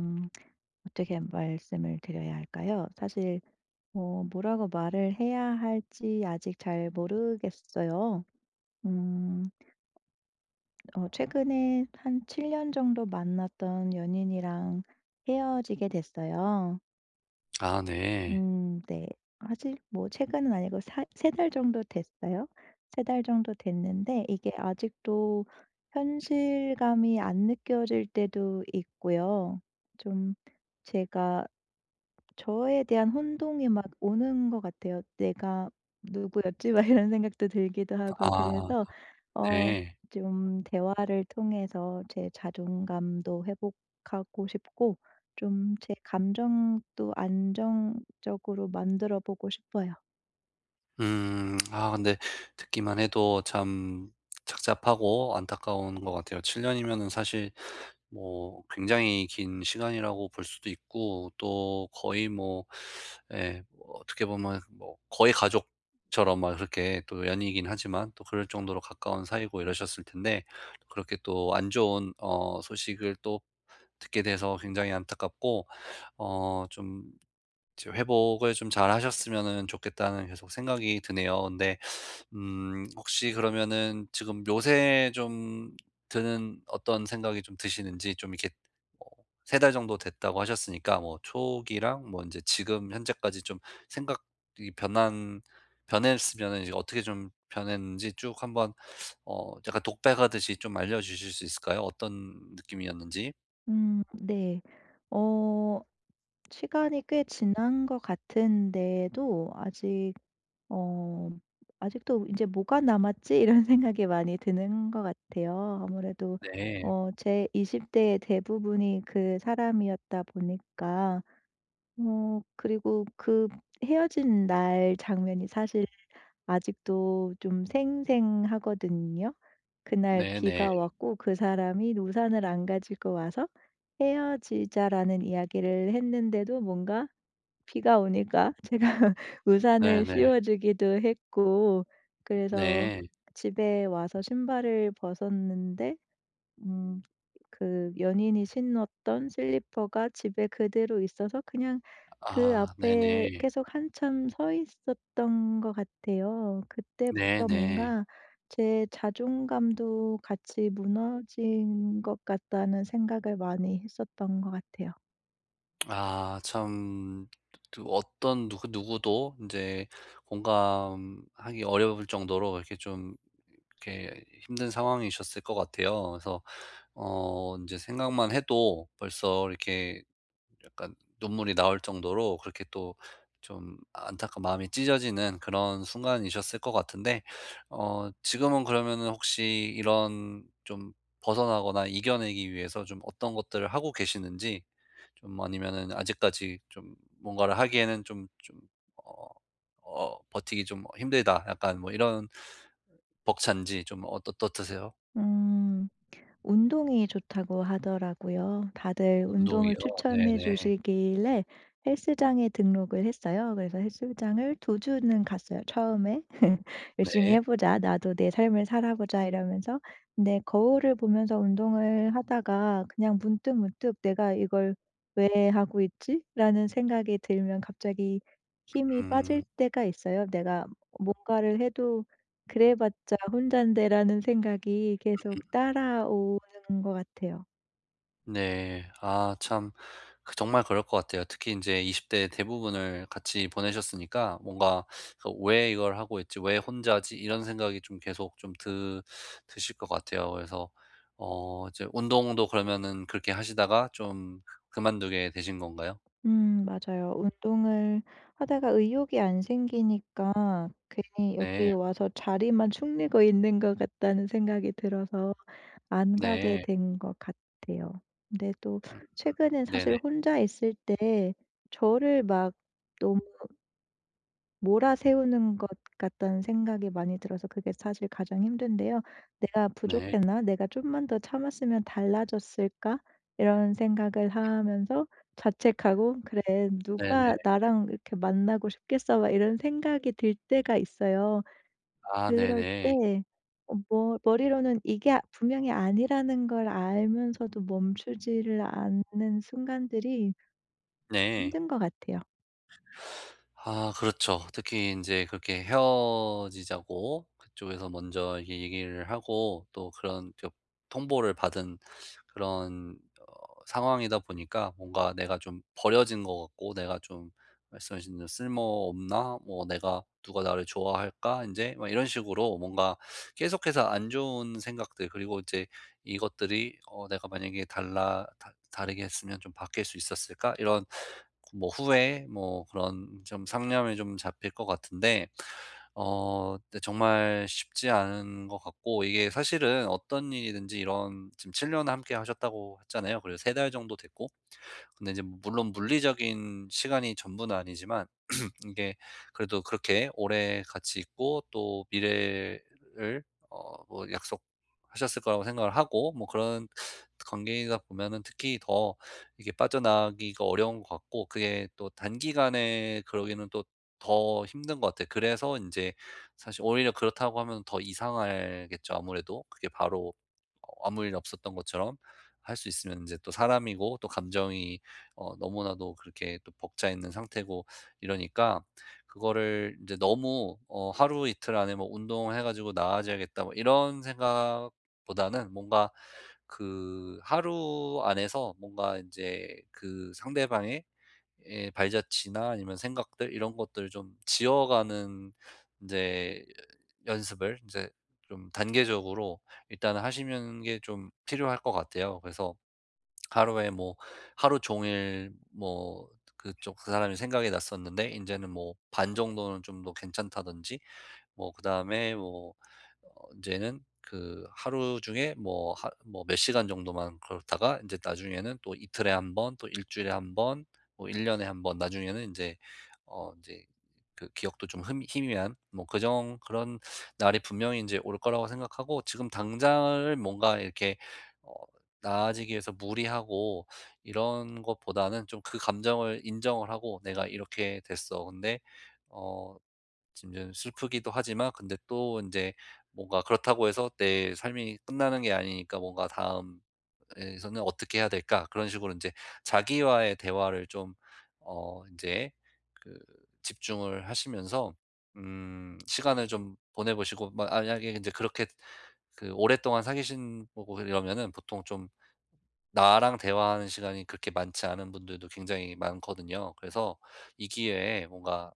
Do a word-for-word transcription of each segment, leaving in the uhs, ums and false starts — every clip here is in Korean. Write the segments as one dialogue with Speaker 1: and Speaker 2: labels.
Speaker 1: 음, 어떻게 말씀을 드려야 할까요? 사실 어, 뭐라고 말을 해야 할지 아직 잘 모르겠어요. 음, 어, 최근에 한 칠 년 정도 만났던 연인이랑 헤어지게 됐어요.
Speaker 2: 아 네.
Speaker 1: 음, 네. 사실 뭐 최근은 아니고 세 달 정도 됐어요. 세 달 정도 됐는데 이게 아직도 현실감이 안 느껴질 때도 있고요. 좀 제가 저에 대한 혼동이 막 오는 것 같아요. '내가 누구였지?' 막 이런 생각도 들기도 하고 그래서
Speaker 2: 아
Speaker 1: 어
Speaker 2: 네.
Speaker 1: 좀 대화를 통해서 제 자존감도 회복하고 싶고 좀 제 감정도 안정적으로 만들어 보고 싶어요.
Speaker 2: 음. 아 근데 듣기만 해도 참 착잡하고 안타까운 것 같아요. 칠 년이면은 사실 뭐 굉장히 긴 시간이라고 볼 수도 있고, 또 거의 뭐 예 뭐 어떻게 보면 뭐 거의 가족처럼 막 그렇게 또 연이긴 하지만, 또 그럴 정도로 가까운 사이고 이러셨을 텐데, 그렇게 또 안 좋은 어 소식을 또 듣게 돼서 굉장히 안타깝고, 어좀 이제 회복을 좀 잘하셨으면은 좋겠다는 계속 생각이 드네요. 근데 음 혹시 그러면은 지금 요새 좀 드는 어떤 생각이 좀 드시는지, 좀 이렇게 뭐 세 달 정도 됐다고 하셨으니까, 뭐 초기랑 뭐 인제 지금 현재까지 좀 생각이 변한 변했으면은 이제 어떻게 좀 변했는지 쭉 한번 어 약간 독백하듯이 좀 알려주실 수 있을까요? 어떤 느낌이었는지?
Speaker 1: 음 네. 어 시간이 꽤 지난 것 같은데도 아직 어 '아직도 이제 뭐가 남았지?' 이런 생각이 많이 드는 것 같아요. 아무래도
Speaker 2: 네.
Speaker 1: 어 제 이십 대의 대부분이 그 사람이었다 보니까 어 그리고 그 헤어진 날 장면이 사실 아직도 좀 생생하거든요. 그날 비가
Speaker 2: 네네.
Speaker 1: 왔고 그 사람이 우산을 안 가지고 와서 "헤어지자."라는 이야기를 했는데도 뭔가 비가 오니까 제가 우산을
Speaker 2: 네네.
Speaker 1: 씌워 주기도 했고 그래서
Speaker 2: 네.
Speaker 1: 집에 와서 신발을 벗었는데 음 그 연인이 신었던 슬리퍼가 집에 그대로 있어서 그냥 그
Speaker 2: 아
Speaker 1: 앞에
Speaker 2: 네네.
Speaker 1: 계속 한참 서 있었던 것 같아요. 그때부터
Speaker 2: 네네.
Speaker 1: 뭔가 제 자존감도 같이 무너진 것 같다는 생각을 많이 했었던 것 같아요.
Speaker 2: 아 참, 그 어떤 누구 누구도 인제 공감하기 어려울 정도로 이렇게 좀 이렇게 힘든 상황이셨을 것 같아요. 그래서 어 인제 생각만 해도 벌써 이렇게 약간 눈물이 나올 정도로 그렇게 또 좀 안타까운 마음이 찢어지는 그런 순간이셨을 것 같은데, 어 지금은 그러면은 혹시 이런 좀 벗어나거나 이겨내기 위해서 좀 어떤 것들을 하고 계시는지, 좀 아니면은 아직까지 좀 뭔가를 하기에는 좀 좀 어 어 버티기 좀 힘들다, 약간 뭐 이런 벅찬지 좀 어떠 어떠세요?
Speaker 1: 음. 운동이 좋다고 하더라고요. 다들 운동을
Speaker 2: 운동이요.
Speaker 1: 추천해
Speaker 2: 네네.
Speaker 1: 주시길래 헬스장에 등록을 했어요. 그래서 헬스장을 두 주는 갔어요 처음에. '열심히
Speaker 2: 네.
Speaker 1: 해 보자. 나도 내 삶을 살아보자.' 이러면서. 근데 거울을 보면서 운동을 하다가 그냥 문득 문득 '내가 이걸 왜 하고 있지?'라는 생각이 들면 갑자기 힘이 빠질
Speaker 2: 음.
Speaker 1: 때가 있어요. 내가 뭔가를 해도 '그래 봤자 혼잔데.'라는 생각이 계속 따라오는 것 같아요.
Speaker 2: 네. 아 참, 그 정말 그럴 것 같아요. 특히 이제이십 대 대부분을 같이 보내셨으니까, 뭔가 그 '왜 이걸 하고 있지? 왜 혼자지?' 이런 생각이 좀 계속 좀 드 드실 것 같아요. 그래서 어 이제 운동도 그러면은 그렇게 하시다가 좀 그만두게 되신 건가요?
Speaker 1: 음 맞아요. 운동을 하다가 의욕이 안 생기니까 괜히 여기
Speaker 2: 네.
Speaker 1: 와서 자리만 축내고 있는 것 같다는 생각이 들어서 안 가게
Speaker 2: 네.
Speaker 1: 된 것 같아요. 근데 또
Speaker 2: 음
Speaker 1: 최근엔
Speaker 2: 네네.
Speaker 1: 사실 혼자 있을 때 저를 막 너무 몰아세우는 것 같다는 생각이 많이 들어서 그게 사실 가장 힘든데요. '내가
Speaker 2: 네.
Speaker 1: 부족했나? 내가 좀만 더 참았으면 달라졌을까?' 이런 생각을 하면서 자책하고 '그래
Speaker 2: 네네.
Speaker 1: 누가 나랑 이렇게 만나고 싶겠어.' 막 이런 생각이 들 때가 있어요.
Speaker 2: 아
Speaker 1: 그럴
Speaker 2: 네네.
Speaker 1: 때 어 머 머리로는 이게 아 분명히 아니라는 걸 알면서도 멈추지를 않는 순간들이
Speaker 2: 네.
Speaker 1: 힘든 것 같아요.
Speaker 2: 아 그렇죠. 특히 이제 그렇게 헤어지자고 그쪽에서 먼저 이렇게 얘기를 하고, 또 그런 저- 통보를 받은 그런 어 상황이다 보니까, 뭔가 내가 좀 버려진 것 같고 내가 좀 말씀하신 대로 '쓸모없나?' 뭐 '내가 누가 나를 좋아할까?' 이제 막 이런 식으로, 뭔가 계속해서 안 좋은 생각들, 그리고 이제 이것들이 어 '내가 만약에 달라 다 다르게 했으면 좀 바뀔 수 있었을까?' 이런 뭐 후에 뭐 그런 좀 상념이 좀 잡힐 것 같은데, 어 근데 정말 쉽지 않은 것 같고, 이게 사실은 어떤 일이든지, 이런 지금 칠 년 함께 하셨다고 했잖아요. 그리고 세 달 정도 됐고. 근데 이제 물론 물리적인 시간이 전부는 아니지만, 이게 그래도 그렇게 오래 같이 있고, 또 미래를 어 뭐 약속하셨을 거라고 생각을 하고, 뭐 그런 관계이다 보면은 특히 더 이게 빠져나가기가 어려운 것 같고, 그게 또 단기간에 그러기는 또 더 힘든 것 같아요. 그래서 이제 사실, 오히려 그렇다고 하면 더 이상하겠죠, 아무래도. 그게 바로 어 아무 일 없었던 것처럼 할 수 있으면, 이제 또 사람이고 또 감정이 어 너무나도 그렇게 또 벅차 있는 상태고, 이러니까 그거를 이제 너무 어 '하루 이틀 안에 뭐 운동해 가지고 나아져야겠다.' 뭐 이런 생각보다는, 뭔가 그 하루 안에서 뭔가 이제 그 상대방의 예 발자취나 아니면 생각들, 이런 것들을 좀 지워가는 이제 연습을 이제 좀 단계적으로 일단은 하시는 게 좀 필요할 것 같아요. 그래서 하루에 뭐 하루 종일 뭐 그쪽 그 사람이 생각이 났었는데, 이제는 뭐 반 정도는 좀 더 괜찮다든지, 뭐 그다음에 뭐어제는 그 하루 중에 뭐 뭐 몇 시간 정도만 그렇다가, 이제 나중에는 또 이틀에 한 번, 또 일 주일에 한 번, 뭐 일 년에 한번, 나중에는 이제 어 이제 그 기억도 좀 흐미 희미한 뭐 그정 그런 날이 분명히 이제 올 거라고 생각하고, 지금 당장을 뭔가 이렇게 어 나아지기 위해서 무리하고 이런 것보다는, 좀 그 감정을 인정을 하고 '내가 이렇게 됐어.' 근데 어 지금 좀 슬프기도 하지만, 근데 또 이제 뭔가 그렇다고 해서 내 삶이 끝나는 게 아니니까, 뭔가 '다음에서는 어떻게 해야 될까?' 그런 식으로 이제 자기와의 대화를 좀 어 이제 그 집중을 하시면서 음 시간을 좀 보내 보시고, 마 만약에 이제 그렇게 그 오랫동안 사귀신 거고 이러면은, 보통 좀 나랑 대화하는 시간이 그렇게 많지 않은 분들도 굉장히 많거든요. 그래서 이 기회에 뭔가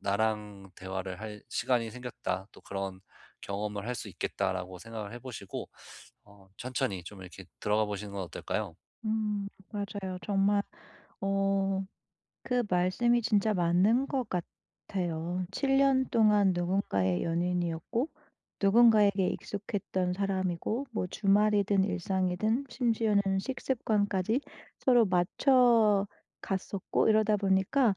Speaker 2: 나랑 대화를 할 시간이 생겼다, 또 그런 경험을 할 수 있겠다라고 생각을 해 보시고, 어 천천히 좀 이렇게 들어가 보시는 건 어떨까요?
Speaker 1: 음 맞아요. 정말 어 그 말씀이 진짜 맞는 것 같아요. 칠 년 동안 누군가의 연인이었고 누군가에게 익숙했던 사람이고 뭐 주말이든 일상이든 심지어는 식습관까지 서로 맞춰 갔었고 이러다 보니까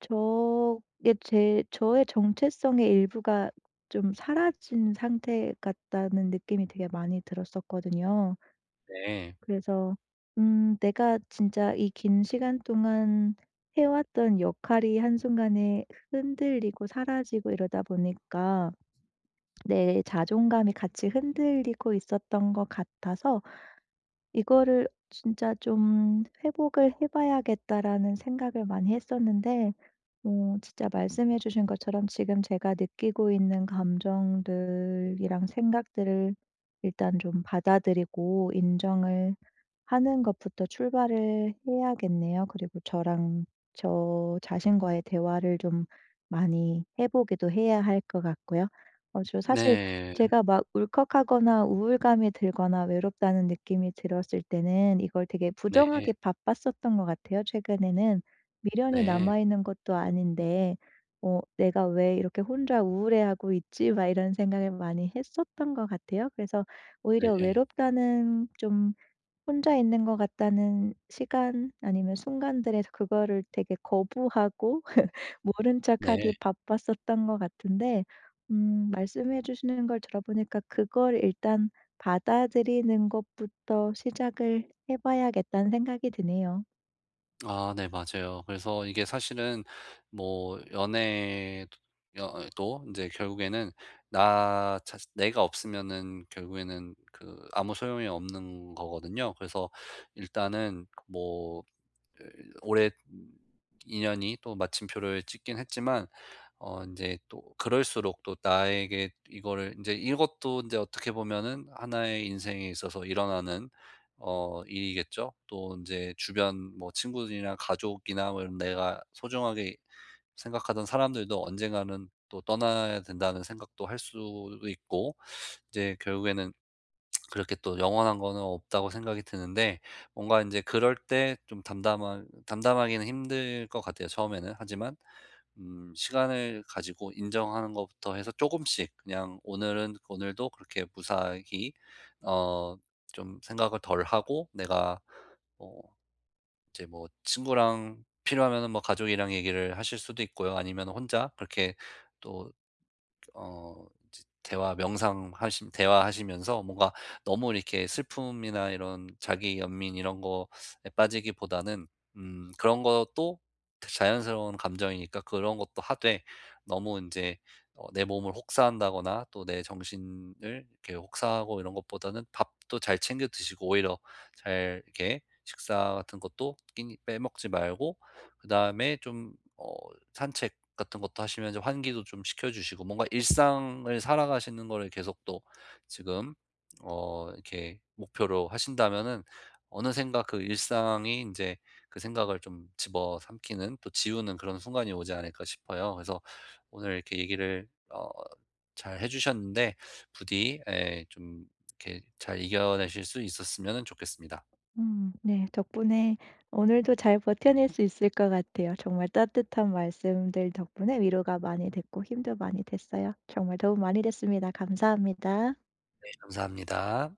Speaker 1: 저게 제 저의 정체성의 일부가 좀 사라진 상태 같다는 느낌이 되게 많이 들었었거든요.
Speaker 2: 네.
Speaker 1: 그래서 음 내가 진짜 이 긴 시간 동안 해왔던 역할이 한순간에 흔들리고 사라지고 이러다 보니까 내 자존감이 같이 흔들리고 있었던 것 같아서 이거를 진짜 좀 '회복을 해 봐야겠다.'라는 생각을 많이 했었는데 어 진짜 말씀해 주신 것처럼 지금 제가 느끼고 있는 감정들이랑 생각들을 일단 좀 받아들이고 인정을 하는 것부터 출발을 해야겠네요. 그리고 저랑 저 자신과의 대화를 좀 많이 해 보기도 해야 할 것 같고요. 어 저 사실
Speaker 2: 네.
Speaker 1: 제가 막 울컥하거나 우울감이 들거나 외롭다는 느낌이 들었을 때는 이걸 되게
Speaker 2: 네.
Speaker 1: 부정하게 바빴었던 것 같아요 최근에는. 미련이
Speaker 2: 네.
Speaker 1: 남아 있는 것도 아닌데 어 '내가 왜 이렇게 혼자 우울해하고 있지?' 막 이런 생각을 많이 했었던 것 같아요. 그래서 오히려
Speaker 2: 네.
Speaker 1: 외롭다는 좀 혼자 있는 것 같다는 시간 아니면 순간들에서 그거를 되게 거부하고 모른 척하기
Speaker 2: 네.
Speaker 1: 바빴었던 것 같은데 음 말씀해 주시는 걸 들어보니까 그걸 일단 받아들이는 것부터 시작을 해 봐야겠다는 생각이 드네요.
Speaker 2: 아 네, 맞아요. 그래서 이게 사실은 뭐 연애 도 이제 결국에는 나 자 내가 없으면은 결국에는 그 아무 소용이 없는 거거든요. 그래서 일단은 뭐 오해 인연이 또 마침표를 찍긴 했지만, 어 인제 또 그럴수록 또 나에게 이거를 인제, 이것도 인제 어떻게 보면은 하나의 인생에 있어서 일어나는 어 일이겠죠. 또 인제 주변 뭐 친구들이나 가족이나, 뭐 이런 내가 소중하게 생각하던 사람들도 언젠가는 또 떠나야 된다는 생각도 할 수도 있고, 이제 결국에는 그렇게 또 영원한 거는 없다고 생각이 드는데, 뭔가 인제 그럴 때 좀 담담하 담담하기는 힘들 것 같아요, 처음에는. 하지만 음 시간을 가지고 인정하는 것부터 해서 쪼금씩 그냥 오늘은, 오늘도 그렇게 무사히 어 좀 생각을 덜하고, 내가 어 이제 뭐 친구랑 필요하면은 뭐 가족이랑 얘기를 하실 수도 있고요. 아니면은 혼자 그렇게 또 어 이제 대화 명상하시 대화하시면서 뭔가 너무 이렇게 슬픔이나 이런 자기 연민 이런 거에 빠지기보다는, 음 그런 것도 자연스러운 감정이니까 그런 것도 하되, 너무 이제 어 내 몸을 혹사한다거나 또 내 정신을 이렇게 혹사하고 이런 것보다는, 밥도 잘 챙겨 드시고, 오히려 잘 이렇게 식사 같은 것도 끼니 빼먹지 말고, 그다음에 좀어 산책 같은 것도 하시면서 환기도 좀 시켜 주시고, 뭔가 일상을 살아가시는 거를 계속 또 지금 어 이렇게 목표로 하신다면은, 어느샌가 그 일상이 이제 그 생각을 좀 집어삼키는 또 지우는 그런 순간이 오지 않을까 싶어요. 그래서 오늘 이렇게 얘기를 어 잘 해 주셨는데, 부디 에, 좀 이렇게 잘 이겨내실 수 있었으면 좋겠습니다.
Speaker 1: 음 네. 덕분에 오늘도 잘 버텨낼 수 있을 것 같아요. 정말 따뜻한 말씀들 덕분에 위로가 많이 됐고 힘도 많이 됐어요. 정말 도움 많이 됐습니다. 감사합니다.
Speaker 2: 네, 감사합니다.